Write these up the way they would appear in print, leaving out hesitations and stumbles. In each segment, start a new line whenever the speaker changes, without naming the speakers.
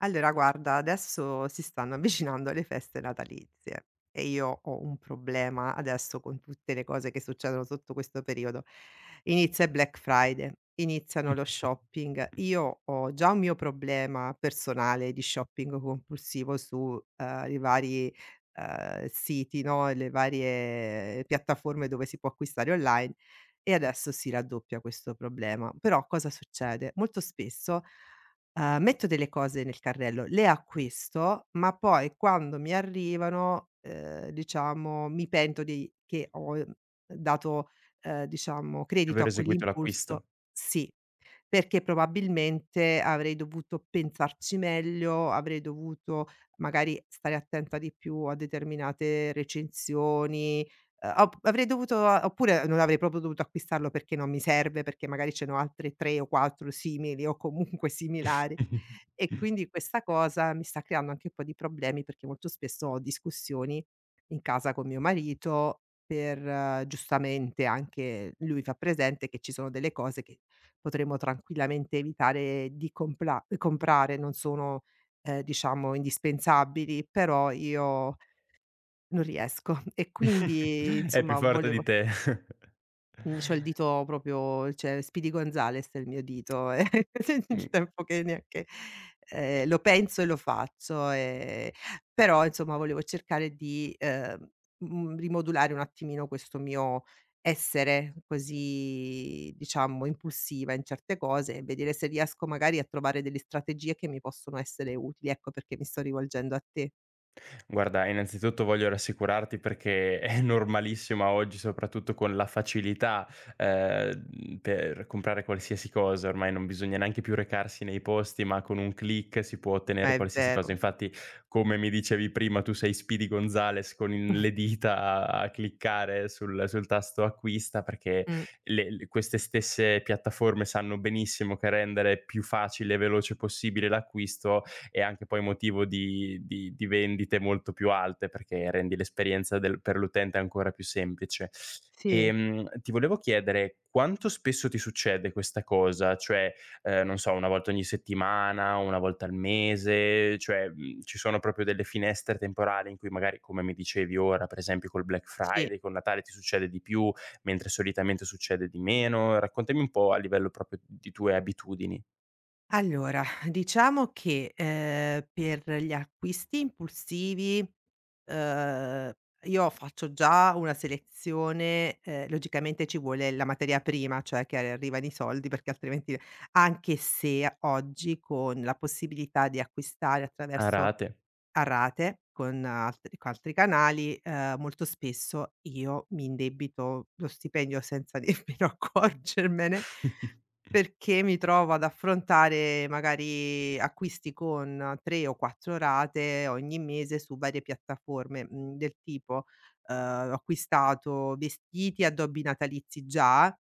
Allora guarda, adesso si stanno avvicinando le feste natalizie e io ho un problema adesso con tutte le cose che succedono sotto questo periodo. Inizia il Black Friday, iniziano lo shopping. Io ho già un mio problema personale di shopping compulsivo su, i vari, siti, no, le varie piattaforme dove si può acquistare online e adesso si raddoppia questo problema. Però cosa succede? Molto spesso metto delle cose nel carrello, le acquisto, ma poi quando mi arrivano, diciamo mi pento di che ho, dato, diciamo
Di
credito
aver
a
eseguito l'acquisto.
quell'impulso sì, perché probabilmente avrei dovuto pensarci meglio, avrei dovuto magari stare attenta di più a determinate recensioni, ho avrei dovuto oppure non avrei proprio dovuto acquistarlo perché non mi serve, perché magari ce ne ho altre 3 o 4 simili o comunque similari. E quindi questa cosa mi sta creando anche un po' di problemi, perché molto spesso ho discussioni in casa con mio marito per giustamente anche lui fa presente che ci sono delle cose che potremmo tranquillamente evitare di compla comprare, non sono, diciamo indispensabili, però io non riesco. E quindi
È più
insomma
forte di
volevo
te.
mhmm, c'ho il dito proprio, cioè Speedy Gonzales è il mio dito, e il tempo che neanche lo penso e lo faccio, però insomma volevo cercare di, rimodulare un attimino questo mio essere così, diciamo, impulsiva in certe cose e vedere se riesco magari a trovare delle strategie che mi possono essere utili, ecco perché mi sto rivolgendo a te.
Guarda, innanzitutto voglio rassicurarti perché è normalissima oggi, soprattutto con la facilità, per comprare qualsiasi cosa, ormai non bisogna neanche più recarsi nei posti, ma con un click si può
Ma
ottenere
è
qualsiasi cosa.
vero.
Infatti, come mi dicevi prima, tu sei Speedy Gonzales con il le dita a cliccare sul tasto acquista perché
Mh-mh.
le queste stesse piattaforme sanno benissimo che rendere più facile e veloce possibile l'acquisto e anche poi motivo di vendite molto più alte perché rendi l'esperienza del per l'utente ancora più semplice.
Sì,
Ti volevo chiedere quanto spesso ti succede questa cosa? Cioè, non so, 1 volta ogni settimana, 1 volta al mese, cioè, ci sono proprio delle finestre temporali in cui magari, come mi dicevi ora, per esempio col Black
sì.
Friday, con Natale ti succede di più, mentre solitamente succede di meno? Raccontami un po' a livello proprio di tue abitudini.
Allora, diciamo che, per gli acquisti impulsivi, uhm, io faccio già una selezione, logicamente ci vuole la materia prima, cioè che arrivano i soldi, perché altrimenti anche se oggi con la possibilità di acquistare
A
attraverso
rate.
a rate con altri canali, molto spesso io mi indebito lo stipendio senza nemmeno accorgermene, perché mi trovo ad affrontare magari acquisti con 3 o 4 rate ogni mese su varie piattaforme, mhmm, del tipo, ehm, ho acquistato vestiti, addobbi natalizi già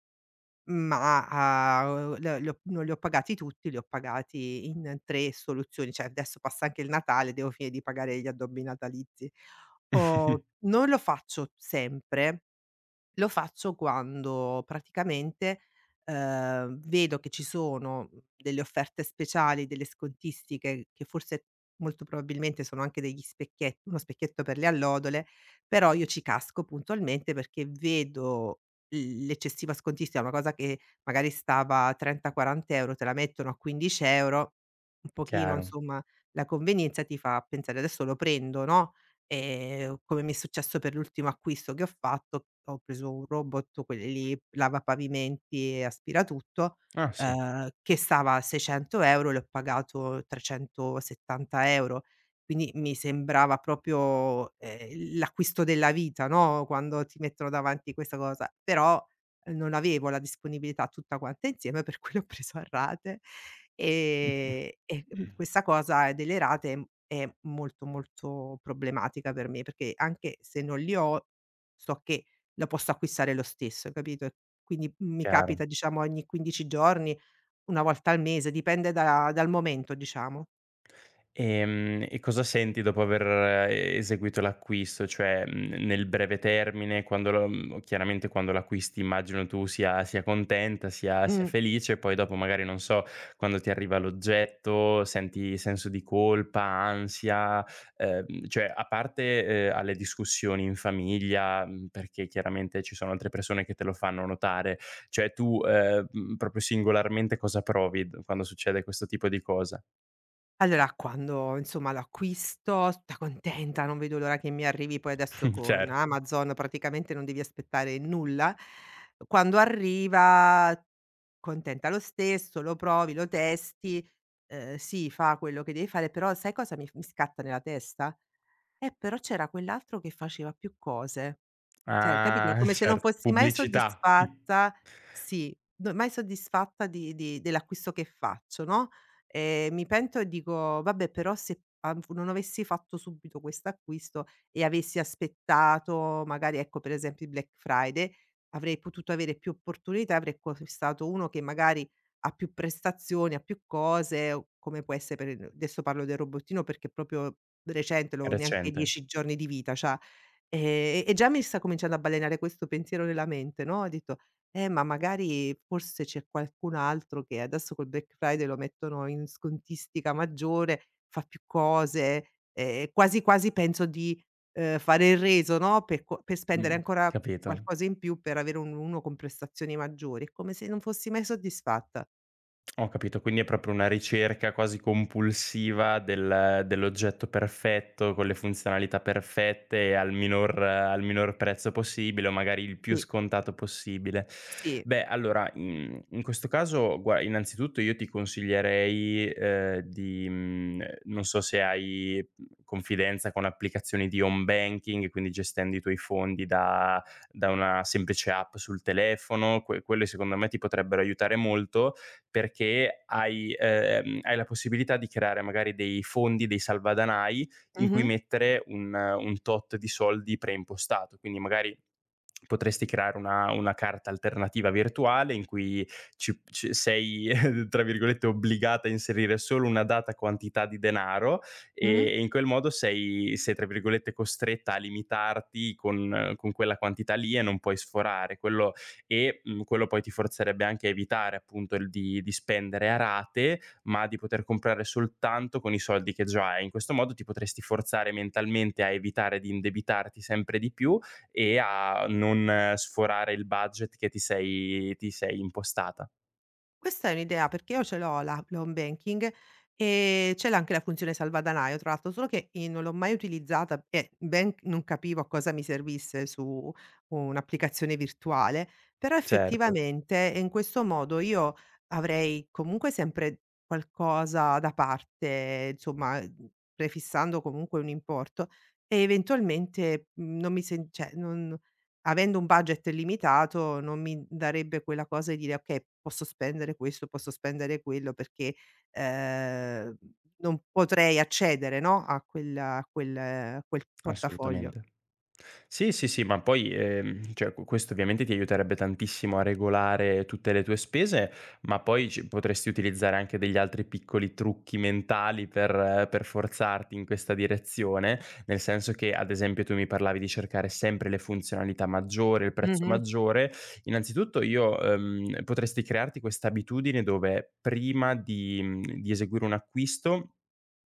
ma, a le li ho non li ho pagati tutti, li ho pagati in 3 soluzioni, cioè adesso passa anche il Natale, devo finire di pagare gli addobbi natalizi. Ho non lo faccio sempre, lo faccio quando praticamente, vedo che ci sono delle offerte speciali, delle scontistiche che forse molto probabilmente sono anche degli specchie uno specchietto per le allodole, però io ci casco puntualmente perché vedo l'eccessiva scontistica, una cosa che magari stava a 30, 40 €, te la mettono a 15 €, un pochino
Chiaro.
insomma la convenienza ti fa pensare: "Adesso lo prendo", no. Come mi è successo per l'ultimo acquisto che ho fatto, ho preso un robot, quelli lì lavapavimenti e aspiratutto,
Ah, sì.
che stava a 600 € e l'ho pagato 370 €. Quindi mi sembrava proprio, l'acquisto della vita, no, quando ti mettono davanti questa cosa, però non avevo la disponibilità tutta quanta insieme, per cui l'ho preso a rate. Questa cosa delle rate, è molto, molto problematica per me, perché anche se non li ho, so che la posso acquistare lo stesso, capito? E quindi, mi
Chiaro.
capita, diciamo, ogni 15 giorni, 1 volta al mese, dipende da dal momento, diciamo.
E cosa senti dopo aver eseguito l'acquisto? Cioè, nel breve termine chiaramente quando l'acquisti immagino tu sia contenta, sia
Mh.
felice, poi dopo magari, non so, quando ti arriva l'oggetto senti senso di colpa, ansia, cioè a parte, alle discussioni in famiglia, perché chiaramente ci sono altre persone che te lo fanno notare, cioè tu, proprio singolarmente cosa provi d quando succede questo tipo di cosa?
Allora quando, insomma, lo acquisto, tutta contenta, non vedo l'ora che mi arrivi, poi adesso con
Certo.
Amazon praticamente non devi aspettare nulla. Quando arriva contenta lo stesso, lo provi, lo testi, sì, fa quello che devi fare, però sai cosa mi scatta nella testa? Però c'era quell'altro che faceva più cose. Cioè, capito,
Ah,
come se non
certo,
fossi mai
pubblicità.
soddisfatta, sì, no, mai soddisfatta di dell'acquisto che faccio, no. Mi pento e dico: "Vabbè, però se av non avessi fatto subito quest'acquisto e avessi aspettato magari, ecco, per esempio il Black Friday, avrei potuto avere più opportunità, avrei acquistato uno che magari ha più prestazioni, ha più cose", o come può essere, per adesso parlo del robottino perché è proprio recente,
È
l'ho neanche
recente.
10 giorni di vita, c'ha e già mi sta cominciando a balenare questo pensiero nella mente, no, ho detto: ma magari forse c'è qualcun altro che adesso col Black Friday lo mettono in scontistica maggiore, fa più cose", quasi quasi penso di, fare il reso, no, per spendere
Mh,
ancora
capito.
qualcosa in più per avere un uno con prestazioni maggiori. È come se non fossi mai soddisfatta.
Ho capito, quindi è proprio una ricerca quasi compulsiva dell'oggetto perfetto, con le funzionalità perfette e al minor prezzo possibile o magari il più
Sì.
scontato possibile.
Sì.
Beh, allora, in questo caso gua innanzitutto io ti consiglierei, non so se hai, confidenza con applicazioni di home banking, quindi gestendo i tuoi fondi da una semplice app sul telefono, quelle secondo me ti potrebbero aiutare molto, perché hai la possibilità di creare magari dei fondi, dei salvadanai in cui
Mh-mh.
mettere un tot di soldi preimpostato. Quindi magari potresti creare una carta alternativa virtuale in cui ci sei, tra virgolette, "obbligata" a inserire solo una data quantità di denaro e
Mh-mh.
e in quel modo sei, tra virgolette, "costretta" a limitarti con quella quantità lì e non puoi sforare. Quello poi ti forzerebbe anche a evitare appunto il di spendere a rate, ma di poter comprare soltanto con i soldi che già hai. In questo modo ti potresti forzare mentalmente a evitare di indebitarti sempre di più e a non sforare il budget che ti sei impostata.
Questa è un'idea, perché io ce l'ho la l'home banking e ce l'ha anche la funzione salvadanaio tra l'altro, solo che i non l'ho mai utilizzata e ben non capivo a cosa mi servisse su un'applicazione virtuale, però
Certo.
effettivamente, in questo modo io avrei comunque sempre qualcosa da parte, insomma, prefissando comunque un importo e eventualmente, mhmm, non mi sen cioè non. Avendo un budget limitato non mi darebbe quella cosa di dire: "Okay, posso spendere questo, posso spendere quello", perché, ehm, non potrei accedere, no, a quel portafoglio.
Assolutamente. Sì, sì, sì, ma poi, cioè q questo ovviamente ti aiuterebbe tantissimo a regolare tutte le tue spese, ma poi ci potresti utilizzare anche degli altri piccoli trucchi mentali per forzarti in questa direzione, nel senso che, ad esempio, tu mi parlavi di cercare sempre le funzionalità maggiori, il prezzo
Mh-mh.
maggiore. Innanzitutto io potresti crearti questa abitudine dove prima di eseguire un acquisto,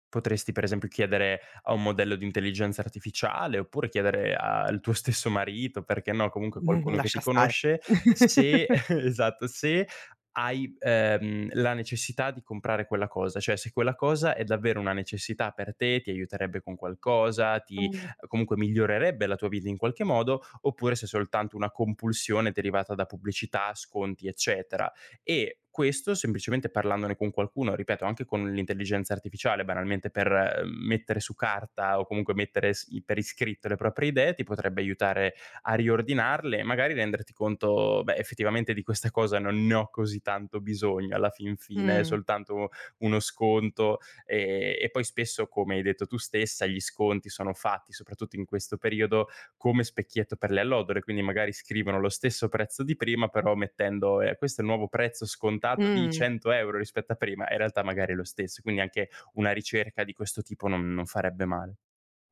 potresti per esempio chiedere a un modello di intelligenza artificiale, oppure chiedere al tuo stesso marito, perché no, comunque
Mh. Mh-mh,
qualcuno che ti
lascia stare.
conosce, se esatto, se hai, la necessità di comprare quella cosa, cioè se quella cosa è davvero una necessità per te, ti aiuterebbe con qualcosa, ti
Mh.
comunque migliorerebbe la tua vita in qualche modo, oppure se è soltanto una compulsione derivata da pubblicità, sconti, eccetera. E questo semplicemente parlandone con qualcuno, ripeto, anche con l'intelligenza artificiale, banalmente per mettere su carta o comunque mettere per iscritto le proprie idee, ti potrebbe aiutare a riordinarle e magari renderti conto, beh, effettivamente di questa cosa non ne ho così tanto bisogno alla fin fine, è
Mh.
soltanto uno sconto e, poi spesso, come hai detto tu stessa, gli sconti sono fatti soprattutto in questo periodo come specchietto per le allodole, quindi magari scrivono lo stesso prezzo di prima, però mettendo questo è il nuovo prezzo scontato di
Mh.
100 euro rispetto a prima, in realtà magari è lo stesso, quindi anche una ricerca di questo tipo non farebbe male.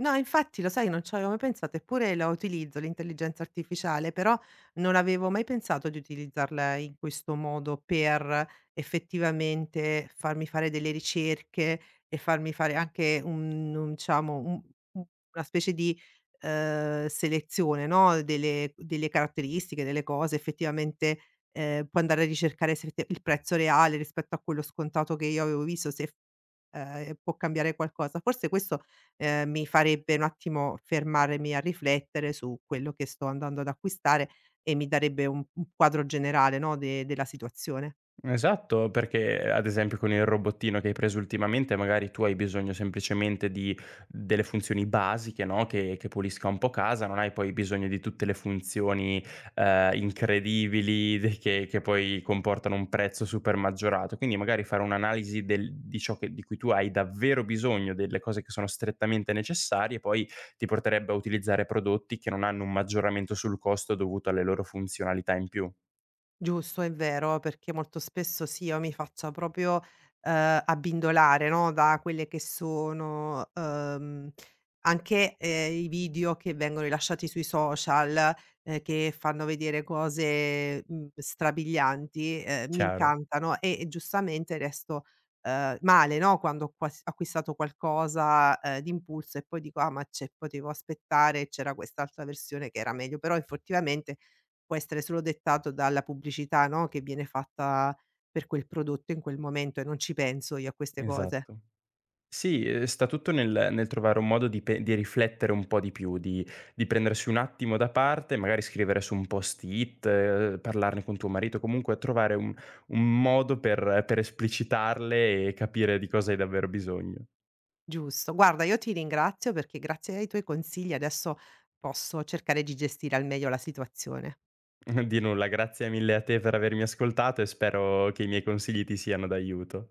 No, infatti lo sai non ci avevo mai pensato, eppure la utilizzo l'intelligenza artificiale, però non avevo mai pensato di utilizzarla in questo modo per effettivamente farmi fare delle ricerche e farmi fare anche un diciamo, un una specie di, selezione, no, delle caratteristiche, delle cose effettivamente, puoi andare a ricercare se effetti il prezzo reale rispetto a quello scontato che io avevo visto, se f può cambiare qualcosa. Forse questo mi farebbe un attimo fermarmi a riflettere su quello che sto andando ad acquistare e mi darebbe un quadro generale, no, de della situazione.
Esatto, perché ad esempio con il robottino che hai preso ultimamente magari tu hai bisogno semplicemente di delle funzioni basiche, no, che pulisca un po' casa, non hai poi bisogno di tutte le funzioni, incredibili de che poi comportano un prezzo super maggiorato. Quindi magari fare un'analisi del di ciò che di cui tu hai davvero bisogno, delle cose che sono strettamente necessarie, poi ti porterebbe a utilizzare prodotti che non hanno un maggioramento sul costo dovuto alle loro funzionalità in più.
Giusto, è vero, perché molto spesso sì, io mi faccio proprio, abbindolare, no, da quelle che sono, anche, i video che vengono rilasciati sui social, che fanno vedere cose, mhmm, strabilianti, mi
Chiaro.
incantano e giustamente resto, male, no, quando ho quas acquistato qualcosa, d'impulso e poi dico: "Ah, ma c'è potevo aspettare, c'era quest'altra versione che era meglio". Però effettivamente può essere solo dettato dalla pubblicità, no, che viene fatta per quel prodotto in quel momento e non ci penso io a queste cose.
Esatto. Sì, sta tutto nel trovare un modo di riflettere un po' di più, di prendersi un attimo da parte, magari scrivere su un post-it, parlarne con tuo marito, comunque trovare un modo per esplicitarle e capire di cosa hai davvero bisogno.
Giusto. Guarda, io ti ringrazio perché grazie ai tuoi consigli adesso posso cercare di gestire al meglio la situazione.
Di nulla, grazie mille a te per avermi ascoltato e spero che i miei consigli ti siano d'aiuto.